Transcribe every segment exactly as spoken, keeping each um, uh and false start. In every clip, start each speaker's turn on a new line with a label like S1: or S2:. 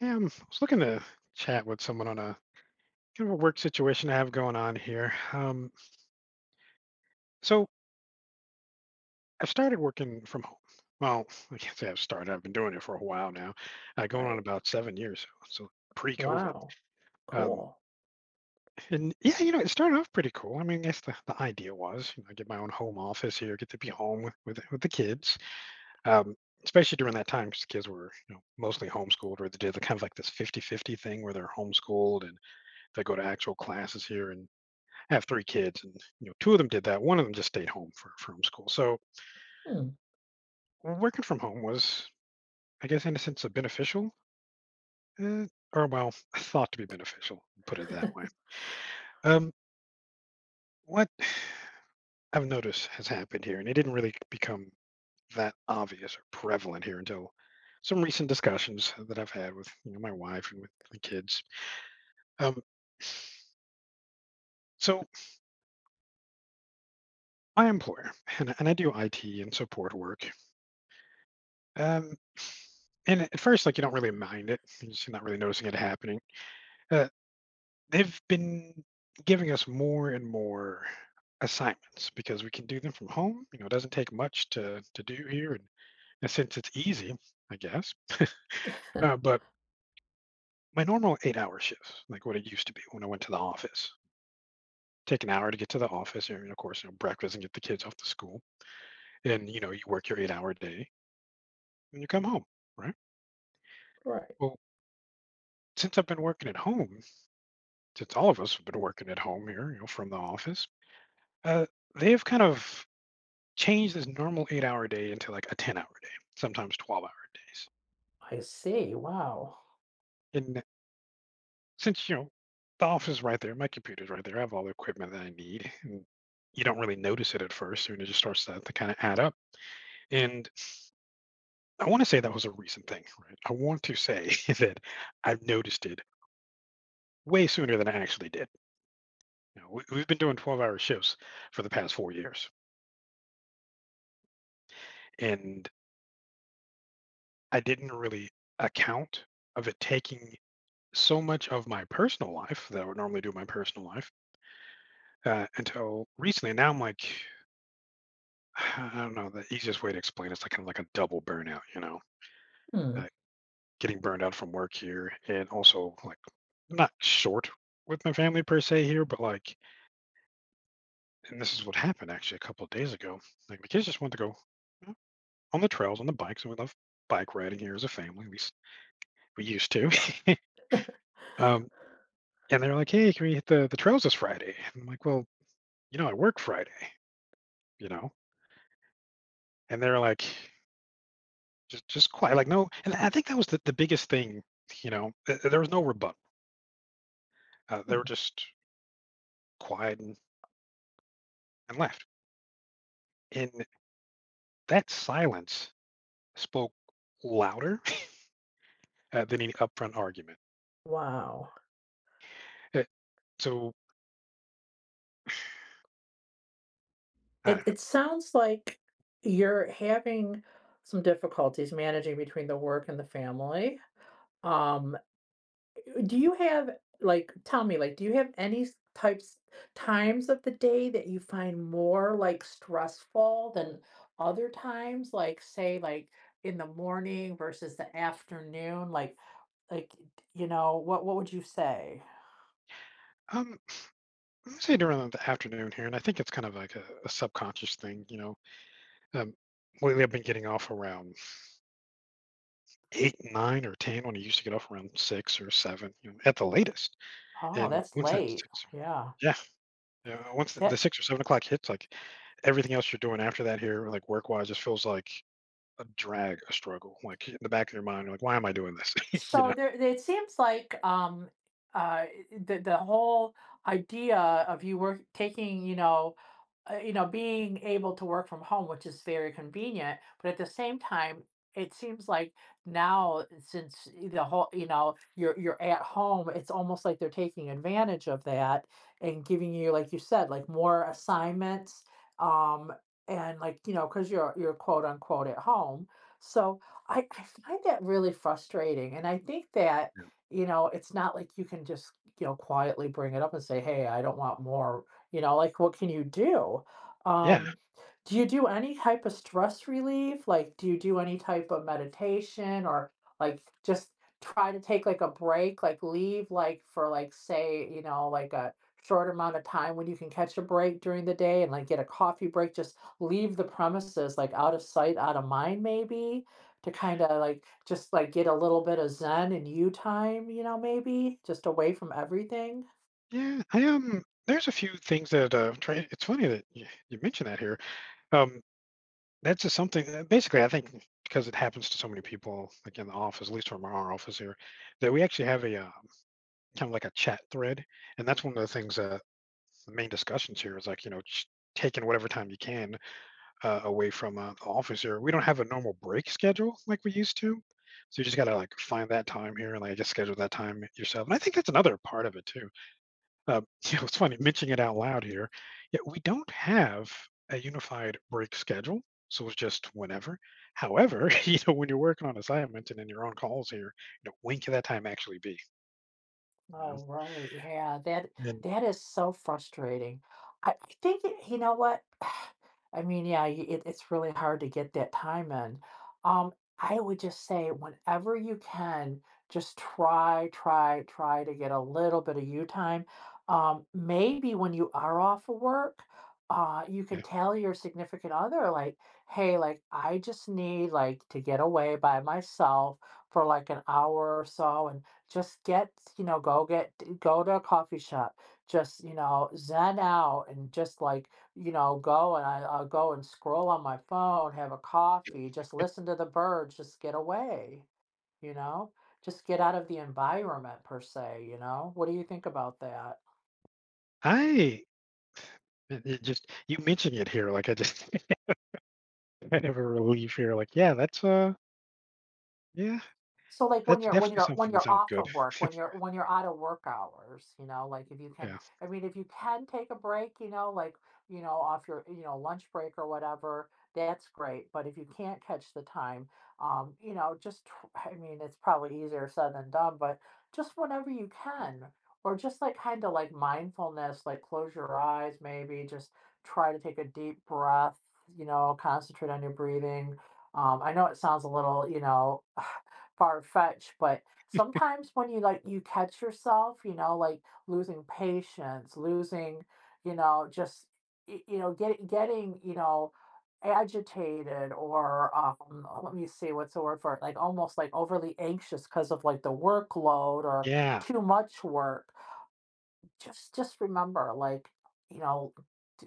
S1: Yeah, i I was looking to chat with someone on a kind of a work situation I have going on here. Um, so I've started working from home. Well, I can't say I've started. I've been doing it for a while now, uh, going on
S2: Right.
S1: about seven years. So so pre-COVID.
S2: Wow.
S1: Um,
S2: Cool.
S1: and yeah, you know, it started off pretty cool. I mean, I guess the, the idea was, you know, I get my own home office here, get to be home with with, with the kids. Um, Especially during that time, because the kids were, you know, mostly homeschooled, or they did the kind of like this fifty fifty thing where they're homeschooled and they go to actual classes here in have three kids, and you know, two of them did that. One of them just stayed home for, for homeschool. So
S2: Hmm.
S1: working from home was, I guess, in a sense, a beneficial, uh, or well, thought to be beneficial. Put it that way. Um, what I've noticed has happened here, and it didn't really become that obvious or prevalent here until some recent discussions that I've had with you know, my wife and with the kids. Um, so my employer, and, and I do I T and support work. Um, and at first, like you don't really mind it, you're just not really noticing it happening. Uh, They've been giving us more and more assignments because we can do them from home. You know, it doesn't take much to to do here, and, and since it's easy, I guess. Uh, but my normal eight-hour shifts, like what it used to be when I went to the office, take an hour to get to the office, and of course, you know, breakfast and get the kids off to school, and you know, you work your eight-hour day and you come home, right?
S2: Right.
S1: Well, since I've been working at home, since all of us have been working at home here, you know, from the office, uh, they've kind of change this normal eight hour day into like a ten hour day, sometimes twelve hour days.
S2: I see. Wow.
S1: And since, you know, the office is right there, my computer's right there, I have all the equipment that I need. And you don't really notice it at first, and it just starts to, to kind of add up. And I want to say that was a recent thing, right? I want to say that I've noticed it way sooner than I actually did. You know, we, we've been doing twelve hour shifts for the past four years, and I didn't really account of it taking so much of my personal life that I would normally do in my personal life uh, until recently. And now I'm like, I don't know. The easiest way to explain it's like kind of like a double burnout, you know,
S2: Hmm.
S1: uh, getting burned out from work here, and also like I'm not short with my family per se here, but like, and this is what happened actually a couple of days ago. Like my kids just want to go you know, on the trails on the bikes, and we love bike riding here as a family. We s- we used to, um, and they're like, hey, can we hit the the trails this Friday? And I'm like, well, you know, I work Friday, you know, and they're like. Just just quiet, like no and I think that was the the biggest thing, you know, th there was no rebuttal. Uh, they
S2: Hmm.
S1: were just quiet and and left, and that silence spoke louder, uh, than any upfront argument.
S2: Wow.
S1: Eh, so, I
S2: It
S1: don't know.
S2: it sounds like you're having some difficulties managing between the work and the family. Um, Do you have like, tell me, like, do you have any s- types, times of the day that you find more like stressful than other times? Like, say, like in the morning versus the afternoon? Like, like, you know, what what would you say?
S1: Um, I'm say during the afternoon here, and I think it's kind of like a a subconscious thing, you know, um, lately I've been getting off around eight, nine, or ten when I used to get off around six or seven, you know, at the latest,
S2: Oh,
S1: and
S2: that's
S1: once that
S2: late.
S1: six or
S2: Yeah.
S1: yeah. Yeah, uh, once the the
S2: That
S1: six or seven o'clock hits, like, everything else you're doing after that here, like, work-wise, just feels like a drag, a struggle, like, in the back of your mind, you're like, "Why am I doing this?" You
S2: so
S1: know?
S2: there it seems like um uh the the whole idea of you work taking, you know, uh, you know, being able to work from home, which is very convenient, but at the same time, it seems like now since the whole, you know, you're you're at home, it's almost like they're taking advantage of that and giving you, like you said, like more assignments, um, and like, you know, because you're you're quote unquote at home. So I, I find that really frustrating. And I think that, you know, it's not like you can just, you know, quietly bring it up and say, hey, I don't want more you know, like, what can you do?
S1: Yeah.
S2: Um, do you do any type of stress relief? Like, do you do any type of meditation or like just try to take like a break, like leave like for like say, you know, like a short amount of time when you can catch a break during the day and like get a coffee break, just leave the premises like out of sight, out of mind maybe to kind of like just like get a little bit of zen and you time, you know, maybe just away from everything.
S1: Yeah, I, um there's a few things that, uh, try it's funny that you you mentioned that here. Um, that's just something that basically, I think because it happens to so many people, like, in the office, at least from our office here, that we actually have a, um, kind of like a chat thread, and that's one of the things, uh the main discussions here is, like, you know, just taking whatever time you can uh, away from uh, the office here. We don't have a normal break schedule like we used to. So you just gotta like find that time here and like just schedule that time yourself. And I think that's another part of it too. Uh, you know, it's funny mentioning it out loud here. Yeah, we don't have a unified break schedule, so it's just whenever. However, you know, when you're working on assignments and in your own calls here, you know, when can that time actually be? You know,
S2: Oh, right. Yeah, that
S1: and
S2: that is so frustrating. I, I think it- you know what? I mean, yeah, y- it, it's really hard to get that time in. Um, I would just say whenever you can, just try, try, try to get a little bit of you time. Um, maybe when you are off of work, uh, you can
S1: yeah,
S2: tell your significant other like, "Hey, like I just need like to get away by myself for like an hour or so, and just get, you know, go get go to a coffee shop, just, you know, zen out and just like, you know, go and I, I'll go and scroll on my phone, have a coffee, just listen to the birds, just get away, you know, just get out of the environment per se, you know. What do you think about that?
S1: I it it just you mentioning it here, like I just I have a relief here. Like, yeah, that's uh, yeah.
S2: So like when
S1: That's
S2: you're when
S1: definitely
S2: you're when
S1: something that
S2: you're
S1: sounds
S2: off
S1: good.
S2: of work, when you're when you're out of work hours, you know, like if you can,
S1: Yeah.
S2: I mean, if you can take a break, you know, like, you know, off your, you know, lunch break or whatever, that's great. But if you can't catch the time, um, you know, just, tr- I mean, it's probably easier said than done, but just whenever you can, or just like kind of like mindfulness, like close your eyes, maybe just try to take a deep breath, you know, concentrate on your breathing. Um, I know it sounds a little, you know, far fetched, but sometimes when you like you catch yourself, you know, like losing patience, losing, you know, just y- you know, get, getting, you know, agitated or um oh, let me see what's the word for it, like almost like overly anxious because of like the workload or
S1: Yeah.
S2: too much work just just remember, like, you know,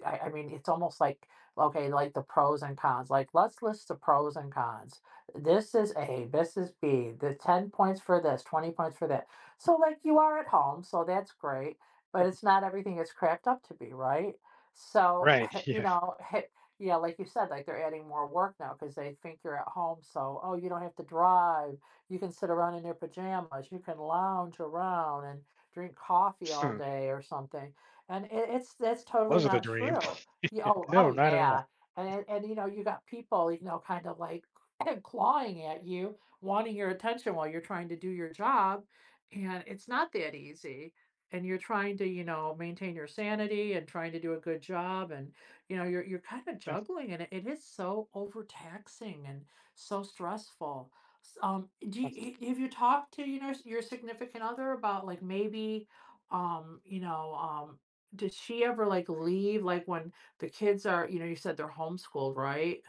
S2: I, I mean, it's almost like, okay, like the pros and cons, like, let's list the pros and cons. This is A, this is B, the ten points for this, twenty points for that. So, like, you are at home, so that's great, but it's not everything it's cracked up to be, right? So,
S1: Right.
S2: you
S1: Yeah.
S2: know, yeah, like you said, like, they're adding more work now because they think you're at home, so, "Oh, you don't have to drive. You can sit around in your pajamas. You can lounge around and" drink coffee all
S1: Huh.
S2: day or something. And it, it's that's totally
S1: Was it a
S2: not
S1: dream?
S2: true. Yeah, oh,
S1: No,
S2: oh
S1: not at all.
S2: yeah. And it- and you know, you got people, you know, kind of like clawing at you, wanting your attention while you're trying to do your job. And it's not that easy. And you're trying to, you know, maintain your sanity and trying to do a good job. And, you know, you're you're kind of
S1: Yeah.
S2: juggling and it, it is so overtaxing and so stressful. S um, do
S1: Oh,
S2: you h have you talked to, you know, your significant other about, like, maybe, um, you know, um, did she ever, like, leave, like, when the kids are you know, you said they're homeschooled, right?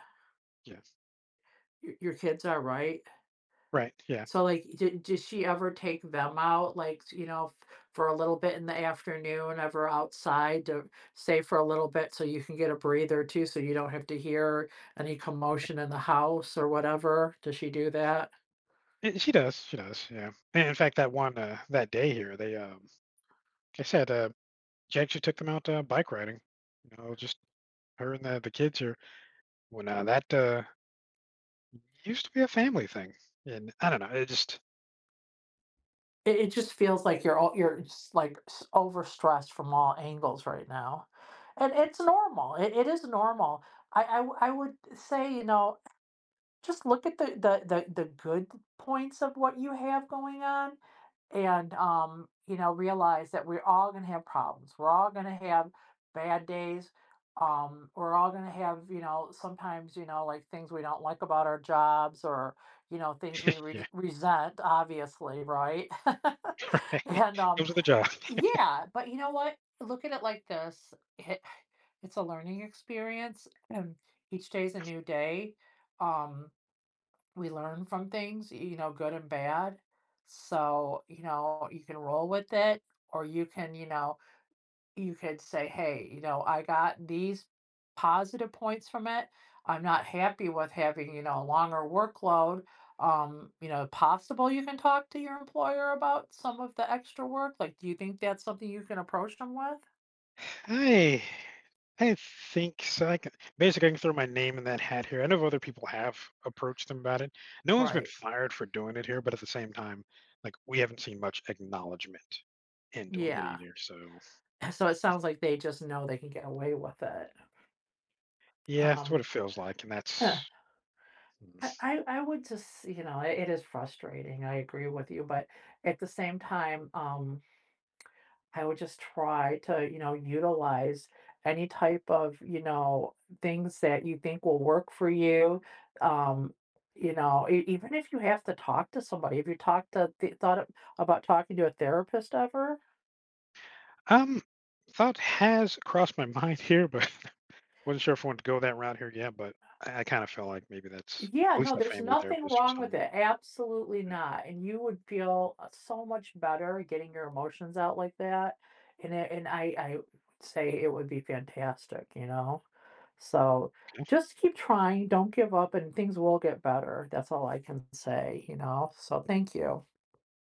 S1: yeah.
S2: Your your kids are, right?
S1: Right. Yeah.
S2: So, like, did did she ever take them out, like, you know, f for a little bit in the afternoon, ever outside to stay for a little bit so you can get a breather too, so you don't have to hear any commotion in the house or whatever? Does she do that?
S1: Eh, she does. She does. Yeah. And in fact, that one uh, that day here, they um, they said uh, she actually took them out uh, bike riding. You know, just her and the the kids here. Well, now that uh, used to be a family thing, and I don't know. It just
S2: It, it just feels like you're all you're just like s- overstressed from all angles right now, and it's normal. It, it is normal. I, I w- I would say you know just look at the the the the good points of what you have going on and, um, you know, realize that we're all gonna have problems. We're all gonna have bad days. Um, we're all gonna have, you know, sometimes, you know, like, things we don't like about our jobs or, you know, things we re
S1: yeah.
S2: resent, obviously, right?
S1: Right.
S2: And,
S1: It
S2: um
S1: was the job.
S2: yeah, but you know what? Look at it like this. It it's a learning experience, and each day is a new day. Um we learn from things, you know, good and bad. So, you know, you can roll with it, or you can, you know, you could say, hey, you know, I got these positive points from it. I'm not happy with having, you know, a longer workload. Um, you know, possible you can talk to your employer about some of the extra work. Like, do you think that's something you can approach them with?
S1: I I think so. I can basically I can throw my name in that hat here. I know other people have approached them about it. No one's been
S2: Right.
S1: fired for doing it here, but at the same time, like we haven't seen much acknowledgement in doing it
S2: Yeah.
S1: either. So
S2: So it sounds like they just know they can get away with it.
S1: yeah, that's what it
S2: Um,
S1: feels like, and that's
S2: I I I would just you know, it is frustrating, I agree with you, but at the same time, um, I would just try to, you know, utilize any type of, you know, things that you think will work for you, um, you know, e even if you have to talk to somebody, have you talked to th thought of- about talking to a therapist ever?
S1: um thought has crossed my mind here, but wasn't sure if I wanted to go that route here. Yeah, but I, I kind of feel like maybe that's
S2: Yeah,
S1: at least
S2: no,
S1: a
S2: there's
S1: family
S2: nothing
S1: therapist or
S2: wrong with
S1: something.
S2: it, absolutely
S1: Yeah.
S2: not, and you would feel, uh, so much better getting your emotions out like that, and it and I I would say it would be fantastic, you know? So, just keep trying, don't give up, and things will get better, that's all I can say, you know? So, thank you.